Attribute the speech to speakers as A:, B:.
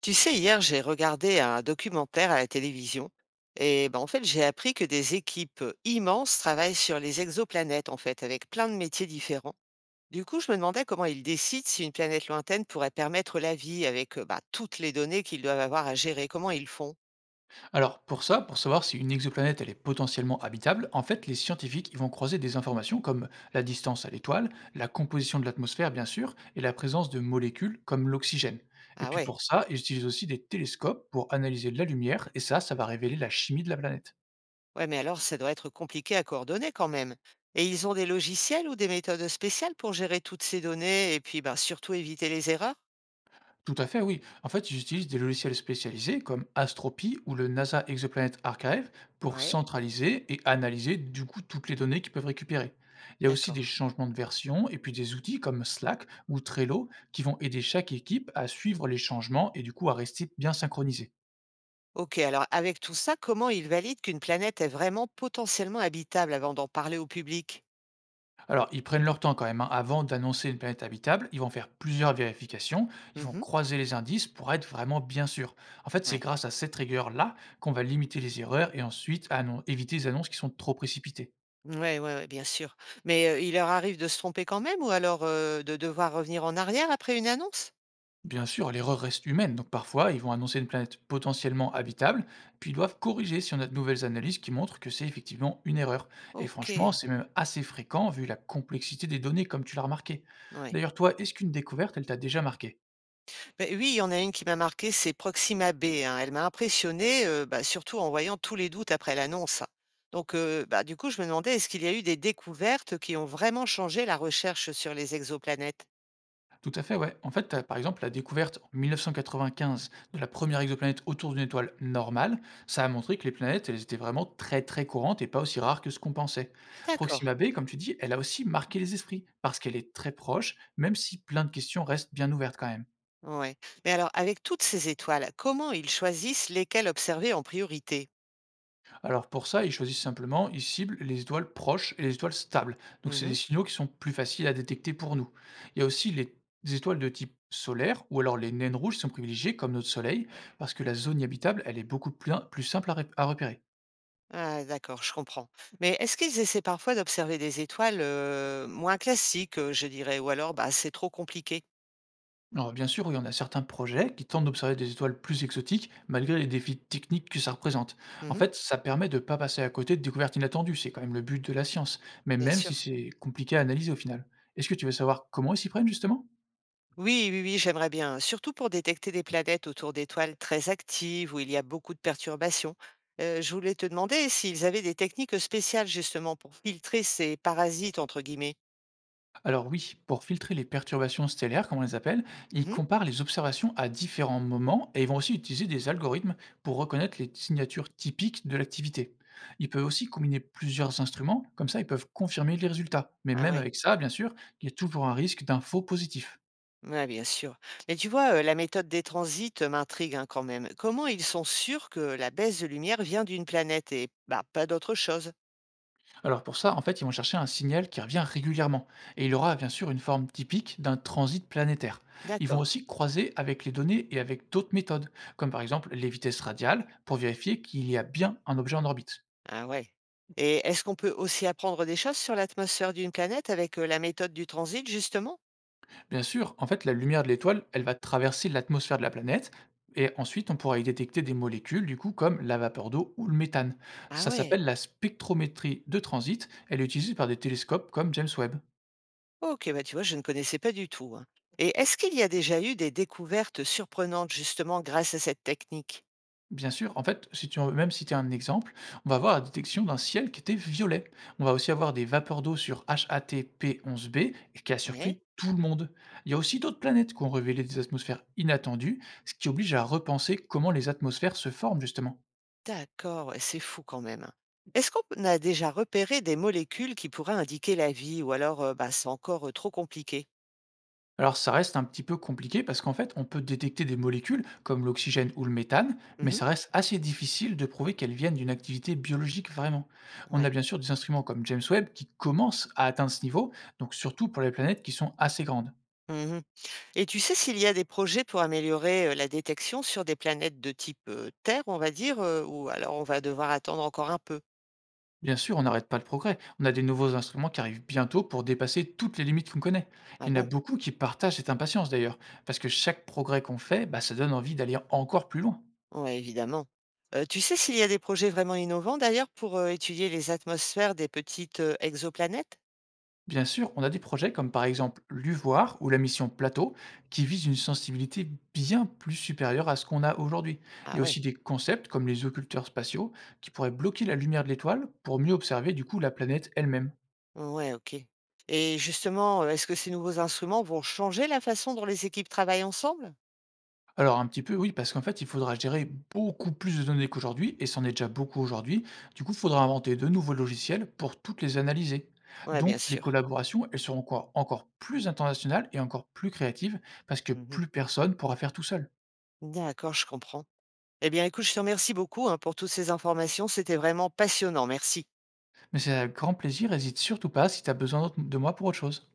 A: Tu sais, hier, j'ai regardé un documentaire à la télévision et ben, en fait, j'ai appris que des équipes immenses travaillent sur les exoplanètes, en fait, avec plein de métiers différents. Du coup, je me demandais comment ils décident si une planète lointaine pourrait permettre la vie avec bah, toutes les données qu'ils doivent avoir à gérer. Comment ils font?
B: Alors pour ça, pour savoir si une exoplanète elle est potentiellement habitable, en fait les scientifiques ils vont croiser des informations comme la distance à l'étoile, la composition de l'atmosphère bien sûr, et la présence de molécules comme l'oxygène. Et
A: Ah
B: puis
A: ouais,
B: pour ça, ils utilisent aussi des télescopes pour analyser la lumière, et ça va révéler la chimie de la planète.
A: ouais, mais alors ça doit être compliqué à coordonner quand même. Et ils ont des logiciels ou des méthodes spéciales pour gérer toutes ces données et puis bah, surtout éviter les erreurs?
B: Tout à fait, oui. En fait, ils utilisent des logiciels spécialisés comme Astropy ou le NASA Exoplanet Archive pour
A: Ouais,
B: centraliser et analyser du coup toutes les données qu'ils peuvent récupérer. Il y a aussi des
A: d'accord.
B: changements de version et puis des outils comme Slack ou Trello qui vont aider chaque équipe à suivre les changements et du coup à rester bien synchronisée.
A: Ok, alors avec tout ça, comment ils valident qu'une planète est vraiment potentiellement habitable avant d'en parler au public?
B: Alors, ils prennent leur temps quand même, hein. Avant d'annoncer une planète habitable, ils vont faire plusieurs vérifications, ils vont
A: Mhm.
B: croiser les indices pour être vraiment bien sûr. En fait, c'est
A: Ouais.
B: grâce à cette rigueur-là qu'on va limiter les erreurs et ensuite éviter les annonces qui sont trop précipitées.
A: Ouais, ouais, ouais, bien sûr. Mais il leur arrive de se tromper quand même ou alors de devoir revenir en arrière après une annonce?
B: Bien sûr, l'erreur reste humaine, donc parfois ils vont annoncer une planète potentiellement habitable, puis ils doivent corriger si on a de nouvelles analyses qui montrent que c'est effectivement une erreur. Et
A: Ok,
B: franchement, c'est même assez fréquent vu la complexité des données, comme tu l'as remarqué.
A: ouais.
B: D'ailleurs, toi, est-ce qu'une découverte, elle t'a déjà marqué?
A: Ben oui, il y en a une qui m'a marqué, c'est Proxima B. Hein. Elle m'a impressionnée, bah, surtout en voyant tous les doutes après l'annonce. Donc, bah, du coup, je me demandais, est-ce qu'il y a eu des découvertes qui ont vraiment changé la recherche sur les exoplanètes?
B: Tout à fait, ouais. En fait, tu par exemple la découverte en 1995 de la première exoplanète autour d'une étoile normale. Ça a montré que les planètes, elles étaient vraiment très très courantes et pas aussi rares que ce qu'on pensait.
A: D'accord.
B: Proxima B, comme tu dis, elle a aussi marqué les esprits parce qu'elle est très proche, même si plein de questions restent bien ouvertes quand même.
A: Ouais. Mais alors, avec toutes ces étoiles, comment ils choisissent lesquelles observer en priorité?
B: Alors pour ça, ils choisissent simplement, ils ciblent les étoiles proches et les étoiles stables. Donc c'est
A: Mhm.
B: des signaux qui sont plus faciles à détecter pour nous. Il y a aussi les Des étoiles de type solaire ou alors les naines rouges qui sont privilégiées comme notre Soleil parce que la zone habitable, elle est beaucoup plus simple à, à repérer.
A: Ah, d'accord, je comprends. Mais est-ce qu'ils essaient parfois d'observer des étoiles moins classiques, je dirais, ou alors bah, c'est trop compliqué?
B: Alors bien sûr, il y en a certains projets qui tentent d'observer des étoiles plus exotiques malgré les défis techniques que ça représente. En
A: Mhm.
B: fait, ça permet de ne pas passer à côté de découvertes inattendues, c'est quand même le but de la science, mais
A: Bien
B: même si
A: sûr.
B: c'est compliqué à analyser au final. Est-ce que tu veux savoir comment ils s'y prennent justement?
A: Oui, oui, oui, j'aimerais bien. Surtout pour détecter des planètes autour d'étoiles très actives où il y a beaucoup de perturbations. Je voulais te demander s'ils avaient des techniques spéciales justement pour filtrer ces parasites, entre guillemets.
B: Alors oui, pour filtrer les perturbations stellaires, comme on les appelle, ils
A: Mhm.
B: comparent les observations à différents moments et ils vont aussi utiliser des algorithmes pour reconnaître les signatures typiques de l'activité. Ils peuvent aussi combiner plusieurs instruments, comme ça ils peuvent confirmer les résultats. Mais
A: Ah
B: même
A: ouais.
B: avec ça, bien sûr, il y a toujours un risque d'un faux positif.
A: Ouais, bien sûr. Mais tu vois, la méthode des transits m'intrigue hein, quand même. Comment ils sont sûrs que la baisse de lumière vient d'une planète et bah, pas d'autre chose?
B: Alors pour ça, en fait, ils vont chercher un signal qui revient régulièrement, et il aura bien sûr une forme typique d'un transit planétaire. Ils vont
A: D'accord.
B: aussi croiser avec les données et avec d'autres méthodes, comme par exemple les vitesses radiales, pour vérifier qu'il y a bien un objet en orbite.
A: Ah ouais. Et est-ce qu'on peut aussi apprendre des choses sur l'atmosphère d'une planète avec la méthode du transit, justement?
B: Bien sûr, en fait, la lumière de l'étoile, elle va traverser l'atmosphère de la planète, et ensuite on pourra y détecter des molécules, du coup, comme la vapeur d'eau ou le méthane.
A: Ah
B: Ça
A: ouais.
B: s'appelle la spectrométrie de transit, elle est utilisée par des télescopes comme James Webb.
A: Ok, bah tu vois, je ne connaissais pas du tout. Hein. Et est-ce qu'il y a déjà eu des découvertes surprenantes, justement, grâce à cette technique?
B: Bien sûr, en fait, si tu en même si tu as un exemple, on va avoir la détection d'un ciel qui était violet. On va aussi avoir des vapeurs d'eau sur HAT-P-11b et qui a
A: Ouais.
B: surpris tout le monde. Il y a aussi d'autres planètes qui ont révélé des atmosphères inattendues, ce qui oblige à repenser comment les atmosphères se forment justement.
A: D'accord, et c'est fou quand même. Est-ce qu'on a déjà repéré des molécules qui pourraient indiquer la vie ou alors bah, c'est encore trop compliqué?
B: Alors ça reste un petit peu compliqué parce qu'en fait, on peut détecter des molécules comme l'oxygène ou le méthane, mais
A: Mhm.
B: ça reste assez difficile de prouver qu'elles viennent d'une activité biologique vraiment. On a
A: Ouais.
B: bien sûr des instruments comme James Webb qui commencent à atteindre ce niveau, donc surtout pour les planètes qui sont assez grandes.
A: Mhm. Et tu sais s'il y a des projets pour améliorer la détection sur des planètes de type Terre, on va dire, ou alors on va devoir attendre encore un peu?
B: Bien sûr, on n'arrête pas le progrès. On a des nouveaux instruments qui arrivent bientôt pour dépasser toutes les limites qu'on connaît.
A: Ah
B: Il y en a
A: bon?
B: beaucoup qui partagent cette impatience d'ailleurs, parce que chaque progrès qu'on fait, bah, ça donne envie d'aller encore plus loin.
A: Ouais, évidemment. Tu sais s'il y a des projets vraiment innovants d'ailleurs pour étudier les atmosphères des petites exoplanètes?
B: Bien sûr, on a des projets comme par exemple l'UVOIR ou la mission Plateau qui visent une sensibilité bien plus supérieure à ce qu'on a aujourd'hui. Il
A: Ah
B: y a aussi
A: ouais.
B: des concepts comme les occulteurs spatiaux qui pourraient bloquer la lumière de l'étoile pour mieux observer du coup la planète elle-même.
A: Ouais, OK, et justement, est-ce que ces nouveaux instruments vont changer la façon dont les équipes travaillent ensemble?
B: Alors un petit peu oui, parce qu'en fait il faudra gérer beaucoup plus de données qu'aujourd'hui, et c'en est déjà beaucoup aujourd'hui, du coup il faudra inventer de nouveaux logiciels pour toutes les analyser.
A: Ouais, bien
B: Donc les
A: sûr.
B: collaborations, elles seront encore plus internationales et encore plus créatives, parce que
A: Mmh.
B: plus personne pourra faire tout seul.
A: D'accord, je comprends. Eh bien, écoute, je te remercie beaucoup, hein, pour toutes ces informations. C'était vraiment passionnant. Merci.
B: Mais c'est avec grand plaisir, hésite surtout pas si tu as besoin d'autre de moi pour autre chose.